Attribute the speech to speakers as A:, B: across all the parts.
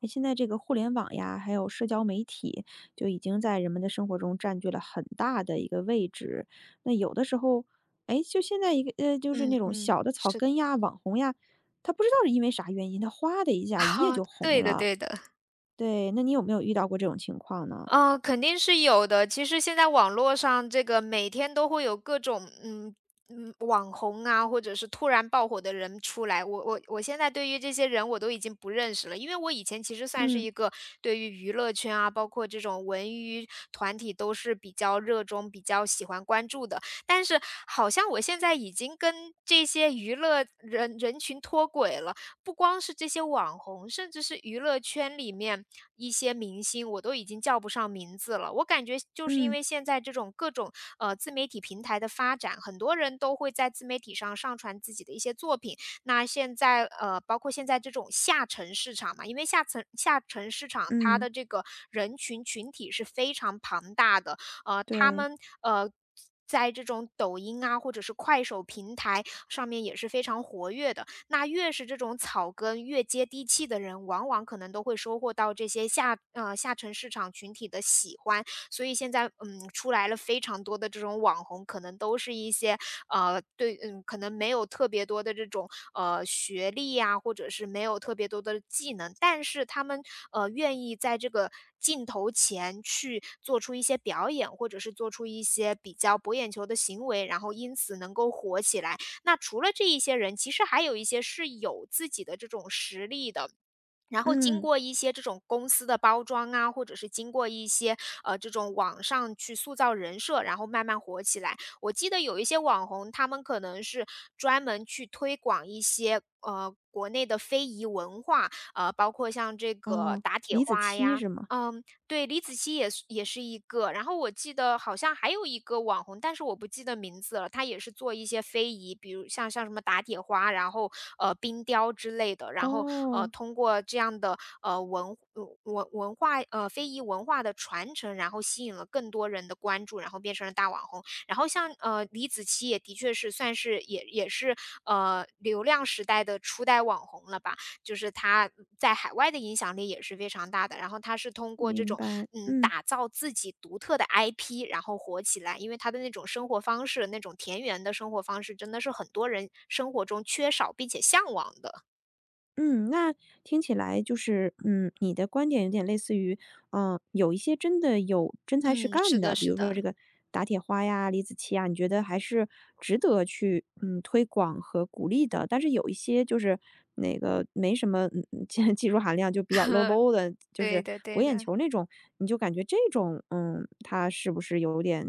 A: 诶，现在这个互联网呀，还有社交媒体，就已经在人们的生活中占据了很大的一个位置。那有的时候，哎，就现在一个就是
B: 嗯
A: 那种
B: 嗯，
A: 小的草
B: 是的。
A: 根呀、网红呀，他不知道是因为啥原因，他哗的一下一 夜
B: 啊，
A: 就红
B: 对的
A: 了。
B: 对的，
A: 对，那你有没有遇到过这种情况呢？
B: 嗯，肯定是有的。其实现在网络上这个每天都会有各种，网红啊，或者是突然爆火的人出来。我现在对于这些人我都已经不认识了，因为我以前其实算是
A: 嗯
B: 一个对于娱乐圈啊，包括这种文娱团体都是比较热衷、比较喜欢关注的。但是好像我现在已经跟这些娱乐人群脱轨了。不光是这些网红，甚至是娱乐圈里面一些明星，我都已经叫不上名字了。我感觉就是因
A: 嗯
B: 为现在这种各种自媒体平台的发展，很多人都会在自媒体上上传自己的一些作品。那现在包括现在这种下沉市场嘛，因为下沉市场它
A: 嗯，
B: 的这个人群群体是非常庞大的，他
A: 对，
B: 们呃。在这种抖音啊，或者是快手平台上面也是非常活跃的，那越是这种草根、越接地气的人，往往可能都会收获到这些下沉市场群体的喜欢。所以现在，出来了非常多的这种网红，可能都是一些，对，可能没有特别多的这种，学历呀，或者是没有特别多的技能，但是他们，愿意在这个镜头前去做出一些表演，或者是做出一些比较博眼球的行为，然后因此能够火起来。那除了这一些人，其实还有一些是有自己的这种实力的。然后经
A: 嗯，
B: 过一些这种公司的包装啊，或者是经过一些这种网上去塑造人设，然后慢慢火起来。我记得有一些网红，他们可能是专门去推广一些国内的非遗文化，包括像这个
A: 哦，
B: 打铁
A: 李子
B: 花
A: 柒
B: 呀，
A: 是吗？
B: 嗯，对，李子柒也是一个，然后我记得好像还有一个网红，但是我不记得名字了。她也是做一些非遗，比如像什么打铁花，然后冰雕之类的，然后
A: 哦，
B: 通过这样的呃文呃文文化呃非遗文化的传承，然后吸引了更多人的关注，然后变成了大网红。然后像李子柒也的确是算是也是流量时代的初代网红了吧。就是他在海外的影响力也是非常大的。然后他是通过这
A: 明
B: 种，
A: 白，嗯。
B: 打造自己独特的 IP，然后火起来。因为他的那种生活方式，那种田园的生活方式，真的是很多人生活中缺少并且向往的。
A: 嗯，那听起来就是，嗯，你的观点有点类似于，嗯，有一些真的有真才实
B: 嗯，是
A: 干的，
B: 的
A: 比
B: 是
A: 如说这
B: 的，
A: 个打铁花呀、李子柒啊，你觉得还是值得去推广和鼓励的。但是有一些就是那个没什么技术含量，就比较 low low 的，就
B: 对
A: 是
B: 的
A: 博
B: 对
A: 眼
B: 的。
A: 球那种，你就感觉这种嗯，它是不是有点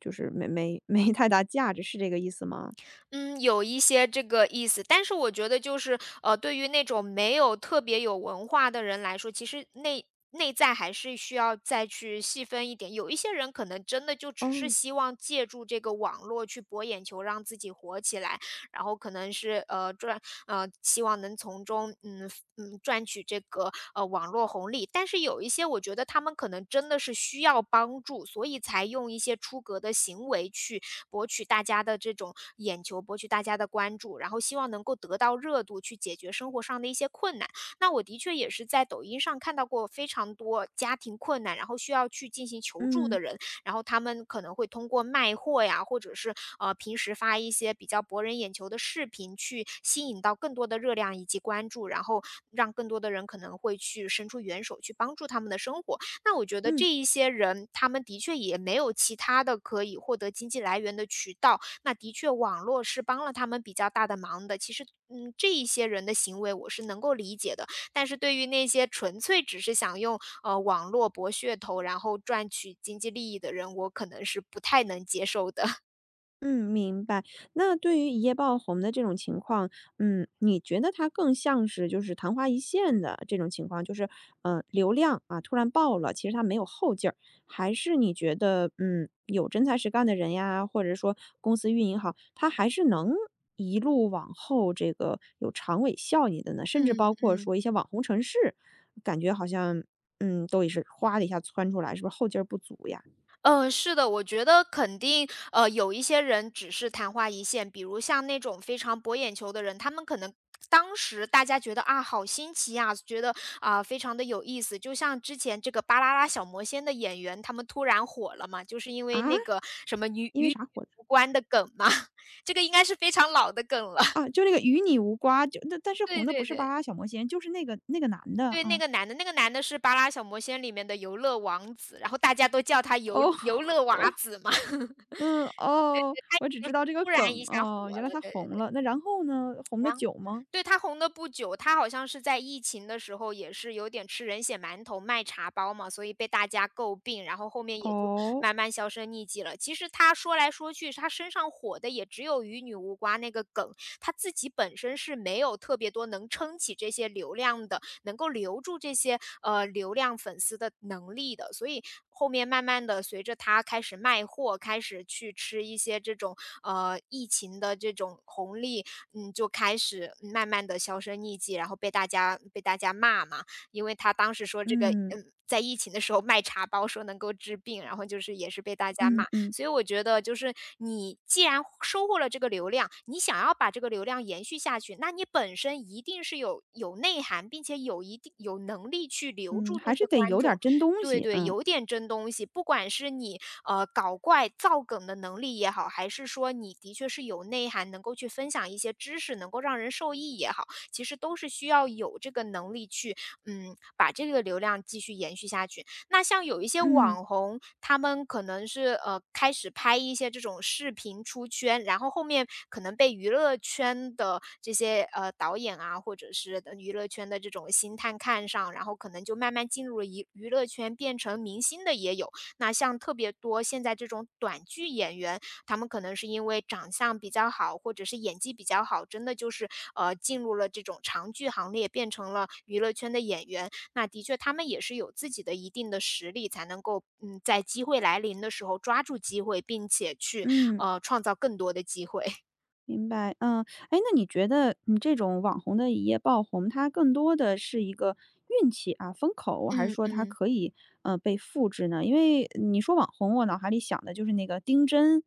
A: 就是没太大价值，是这个意思吗？
B: 嗯，有一些这个意思，但是我觉得就是，对于那种没有特别有文化的人来说，其实内在还是需要再去细分一点。有一些人可能真的就只是
A: 哦，
B: 希望借助这个网络去博眼球，让自己火起来。然后可能是呃赚呃希望能从中赚取这个网络红利，但是有一些我觉得他们可能真的是需要帮助，所以才用一些出格的行为去博取大家的这种眼球，博取大家的关注，然后希望能够得到热度，去解决生活上的一些困难。那我的确也是在抖音上看到过非常多家庭困难，然后需要去进行求助
A: 嗯
B: 的人，然后他们可能会通过卖货呀，或者是平时发一些比较博人眼球的视频，去吸引到更多的热量以及关注，然后让更多的人可能会去伸出援手去帮助他们的生活。那我觉得
A: 嗯。
B: 这一些人，他们的确也没有其他的可以获得经济来源的渠道，那的确网络是帮了他们比较大的忙的。其实，这一些人的行为我是能够理解的，但是对于那些纯粹只是想用网络博噱头，然后赚取经济利益的人，我可能是不太能接受的。
A: 嗯，明白。那对于一夜爆红的这种情况，嗯，你觉得它更像是就是昙花一现的这种情况，就是流量啊突然爆了，其实它没有后劲儿，还是你觉得嗯有真才实干的人呀，或者说公司运营好，它还是能一路往后这个有长尾效应的呢？甚至
B: 嗯
A: 包括
B: 嗯。
A: 说一些网红城市，感觉好像嗯都也是哗的一下窜出来，是不是后劲儿不足呀？
B: 嗯，是的，我觉得肯定，有一些人只是昙花一现，比如像那种非常博眼球的人，他们可能当时大家觉得啊，好新奇呀，觉得啊，非常的有意思。就像之前这个《巴啦啦小魔仙》的演员，他们突然火了嘛，就是因为
A: 啊，
B: 那个什么与
A: 因为
B: 与女
A: 啥火？
B: 无关的梗嘛，这个应该是非常老的梗了。
A: 啊，就那个与你无瓜，就但是
B: 对
A: 红的不
B: 对
A: 是巴
B: 对。
A: 拉小魔仙，就是那个男的，
B: 对，那
A: 嗯。
B: 个男的，那个男的是《巴拉小魔仙》里面的游乐王子，然后大家都叫他游
A: 哦，
B: 游 乐娃
A: 哦，
B: 子嘛，
A: 嗯，哦，我只
B: 就
A: 知
B: 是
A: 道这个
B: 突然
A: 梗，
B: 一下火
A: 哦，原来
B: 了，
A: 他
B: 的，
A: 红了，那然后呢？红的
B: 然后
A: 久吗？
B: 对，他红的不久，他好像是在疫情的时候也是有点吃人血馒头卖茶包嘛，所以被大家诟病，然后后面也就
A: 哦，
B: 慢慢销声匿迹了。其实他说来说去，他身上火的也只有“与女无瓜”那个梗，他自己本身是没有特别多能撑起这些流量的，能够留住这些，流量粉丝的能力的。所以后面慢慢的随着他开始卖货，开始去吃一些这种，疫情的这种红利，就开始慢慢的销声匿迹，然后被大家骂嘛。因为他当时说这个，
A: 嗯，
B: 在疫情的时候卖茶包说能够治病，然后就是也是被大家骂。
A: 嗯嗯，
B: 所以我觉得就是你既然收获了这个流量，你想要把这个流量延续下去，那你本身一定是有内涵，并且有一定有能力去留
A: 嗯，
B: 住这
A: 还是
B: 些
A: 得
B: 观
A: 有点儿
B: 众，
A: 真东
B: 对
A: 西，
B: 对，
A: 嗯，
B: 有点真东西。不管是你搞怪、造梗的能力也好，还是说你的确是有内涵，能够去分享一些知识，能够让人受益也好，其实都是需要有这个能力去把这个流量继续延续下去。那像有一些
A: 嗯，
B: 网红，他们可能是开始拍一些这种视频出圈，然后后面可能被娱乐圈的这些导演啊，或者是娱乐圈的这种星探看上，然后可能就慢慢进入了娱乐圈，变成明星的也有。那像特别多现在这种短剧演员，他们可能是因为长相比较好，或者是演技比较好，真的就是进入了这种长剧行列，变成了娱乐圈的演员。那的确，他们也是有自己的一定的实力，才能够在机会来临的时候抓住机会，并且去
A: 嗯。
B: 创造更多的机会。
A: 明白，嗯，哎，那你觉得你这种网红的一夜爆红，它更多的是一个运气啊，风口，还是
B: 嗯
A: 说它
B: 嗯，
A: 可以被复制呢？因为你说网红，我脑海里想的就是那个丁真，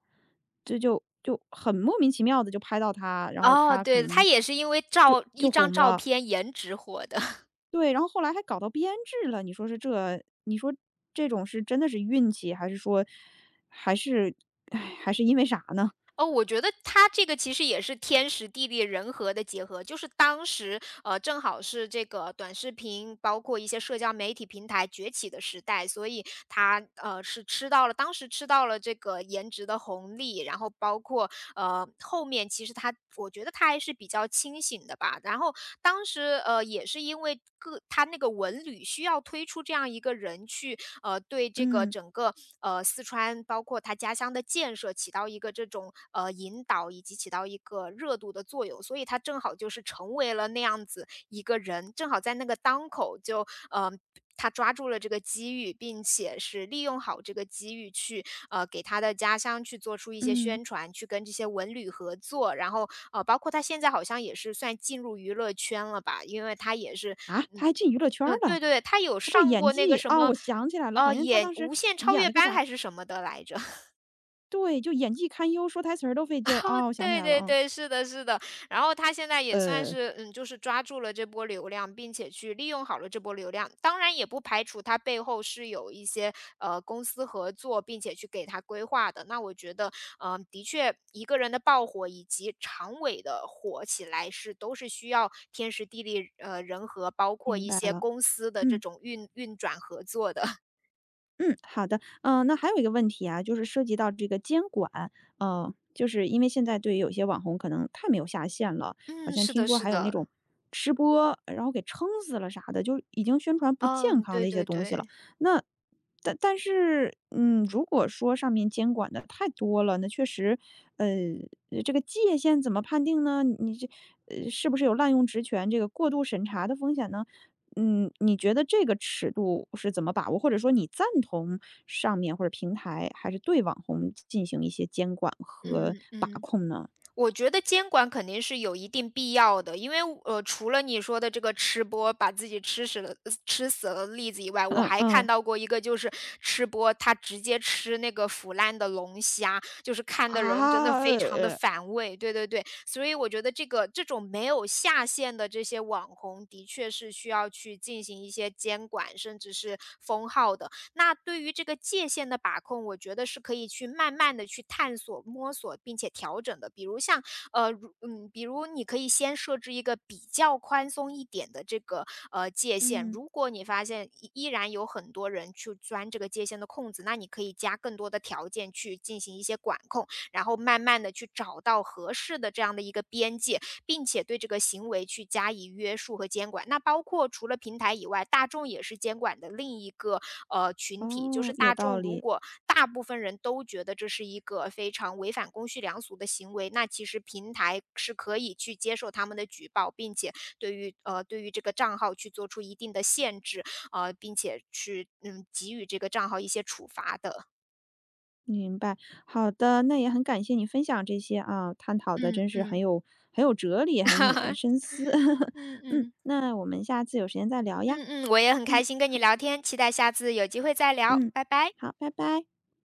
A: 这就很莫名其妙的就拍到他，然后
B: 哦，
A: 他可
B: 对，他
A: 能
B: 也是因为
A: 就
B: 照一
A: 就
B: 张
A: 红
B: 照
A: 了，
B: 片颜值火的。
A: 对，然后后来还搞到编制了，你说是这，你说这种是真的是运气，还是说还是哎还是因为啥呢？
B: 哦，我觉得他这个其实也是天时地利人和的结合，就是当时，正好是这个短视频，包括一些社交媒体平台崛起的时代，所以他是吃到了当时吃到了这个颜值的红利，然后包括，后面其实我觉得他还是比较清醒的吧。然后当时，也是因为他那个文旅需要推出这样一个人去对这个
A: 嗯
B: 整个四川，包括他家乡的建设起到一个这种引导以及起到一个热度的作用，所以他正好就是成为了那样子一个人，正好在那个当口就。他抓住了这个机遇，并且是利用好这个机遇去给他的家乡去做出一些
A: 嗯。
B: 宣传，去跟这些文旅合作，然后包括他现在好像也是算进入娱乐圈了吧，因为他也是
A: 啊，他还进娱乐圈儿
B: 嗯，
A: 了？
B: 对对，他有
A: 这
B: 上
A: 演
B: 过那个
A: 技，
B: 什
A: 啊，
B: 么，
A: 我想起来了，好像他
B: 演
A: 当时
B: 无限超
A: 演
B: 越
A: 了个
B: 班
A: 啥
B: 还是什么的来着。
A: 对，就演技堪忧，说台词儿都费劲儿，
B: 哈，
A: 哦，我想起
B: 对
A: 来
B: 对
A: 了，
B: 对，是的是的。然后他现在也算
A: 嗯，
B: 是，就是抓住了这波流量，并且去利用好了这波流量。当然也不排除他背后是有一些，公司合作，并且去给他规划的。那我觉得，的确一个人的爆火以及长尾的火起来是都是需要天时地利，人和，包括
A: 明
B: 一
A: 白
B: 些
A: 了，
B: 公司的这
A: 嗯。
B: 种运转合作的。
A: 嗯，好的。嗯，那还有一个问题啊，就是涉及到这个监管，就是因为现在对于有些网红可能太没有下限了，好
B: 嗯，
A: 像
B: 是
A: 听
B: 的
A: 说
B: 是
A: 还有那
B: 的，
A: 种吃播，然后给撑死了啥的，就已经宣传不健
B: 嗯，
A: 康
B: 对
A: 的一些
B: 对
A: 东西了。
B: 对，
A: 那但是，嗯，如果说上面监管的太多了，那确实，呃，这个界限怎么判定呢？你这是不是有滥用职权、这个过度审查的风险呢？嗯，你觉得这个尺度是怎么把握？或者说你赞同上面或者平台还是对网红进行一些监管和
B: 嗯
A: 把
B: 嗯，
A: 控呢？
B: 我觉得监管肯定是有一定必要的，因为除了你说的这个吃播把自己吃死了的例子以外，我
A: 嗯
B: 还看
A: 嗯，
B: 到过一个就是吃播他直接吃那个腐烂的龙虾，就是看的人真的
A: 啊，
B: 非常的反胃，对对对，所以我觉得这种没有下限的这些网红，的确是需要去进行一些监管，甚至是封号的。那对于这个界限的把控，我觉得是可以去慢慢的去探索、摸索，并且调整的。比如像比如你可以先设置一个比较宽松一点的这个，界限。
A: 嗯，
B: 如果你发现依然有很多人去钻这个界限的空子，那你可以加更多的条件去进行一些管控，然后慢慢的去找到合适的这样的一个边界，并且对这个行为去加以约束和监管。那包括除了平台以外，大众也是监管的另一个群体，就
A: 哦，
B: 是
A: 有
B: 大
A: 道
B: 众如
A: 理，
B: 果大部分人都觉得这是一个非常违反公序良俗的行为，那其实平台是可以去接受他们的举报，并且对于呃对于这个账号去做出一定的限制，并且去给予这个账号一些处罚的。
A: 明白。好的，那也很感谢你分享这些啊，探讨的
B: 嗯
A: 真是很
B: 嗯
A: 有很有哲理，很引人 深思。
B: 嗯
A: 嗯，
B: 嗯。
A: 那我们下次有时间再聊呀。
B: 嗯嗯，我也很开
A: 嗯
B: 心跟你聊天，期待下次有机会再聊，
A: 嗯，
B: 拜拜。
A: 好，拜拜。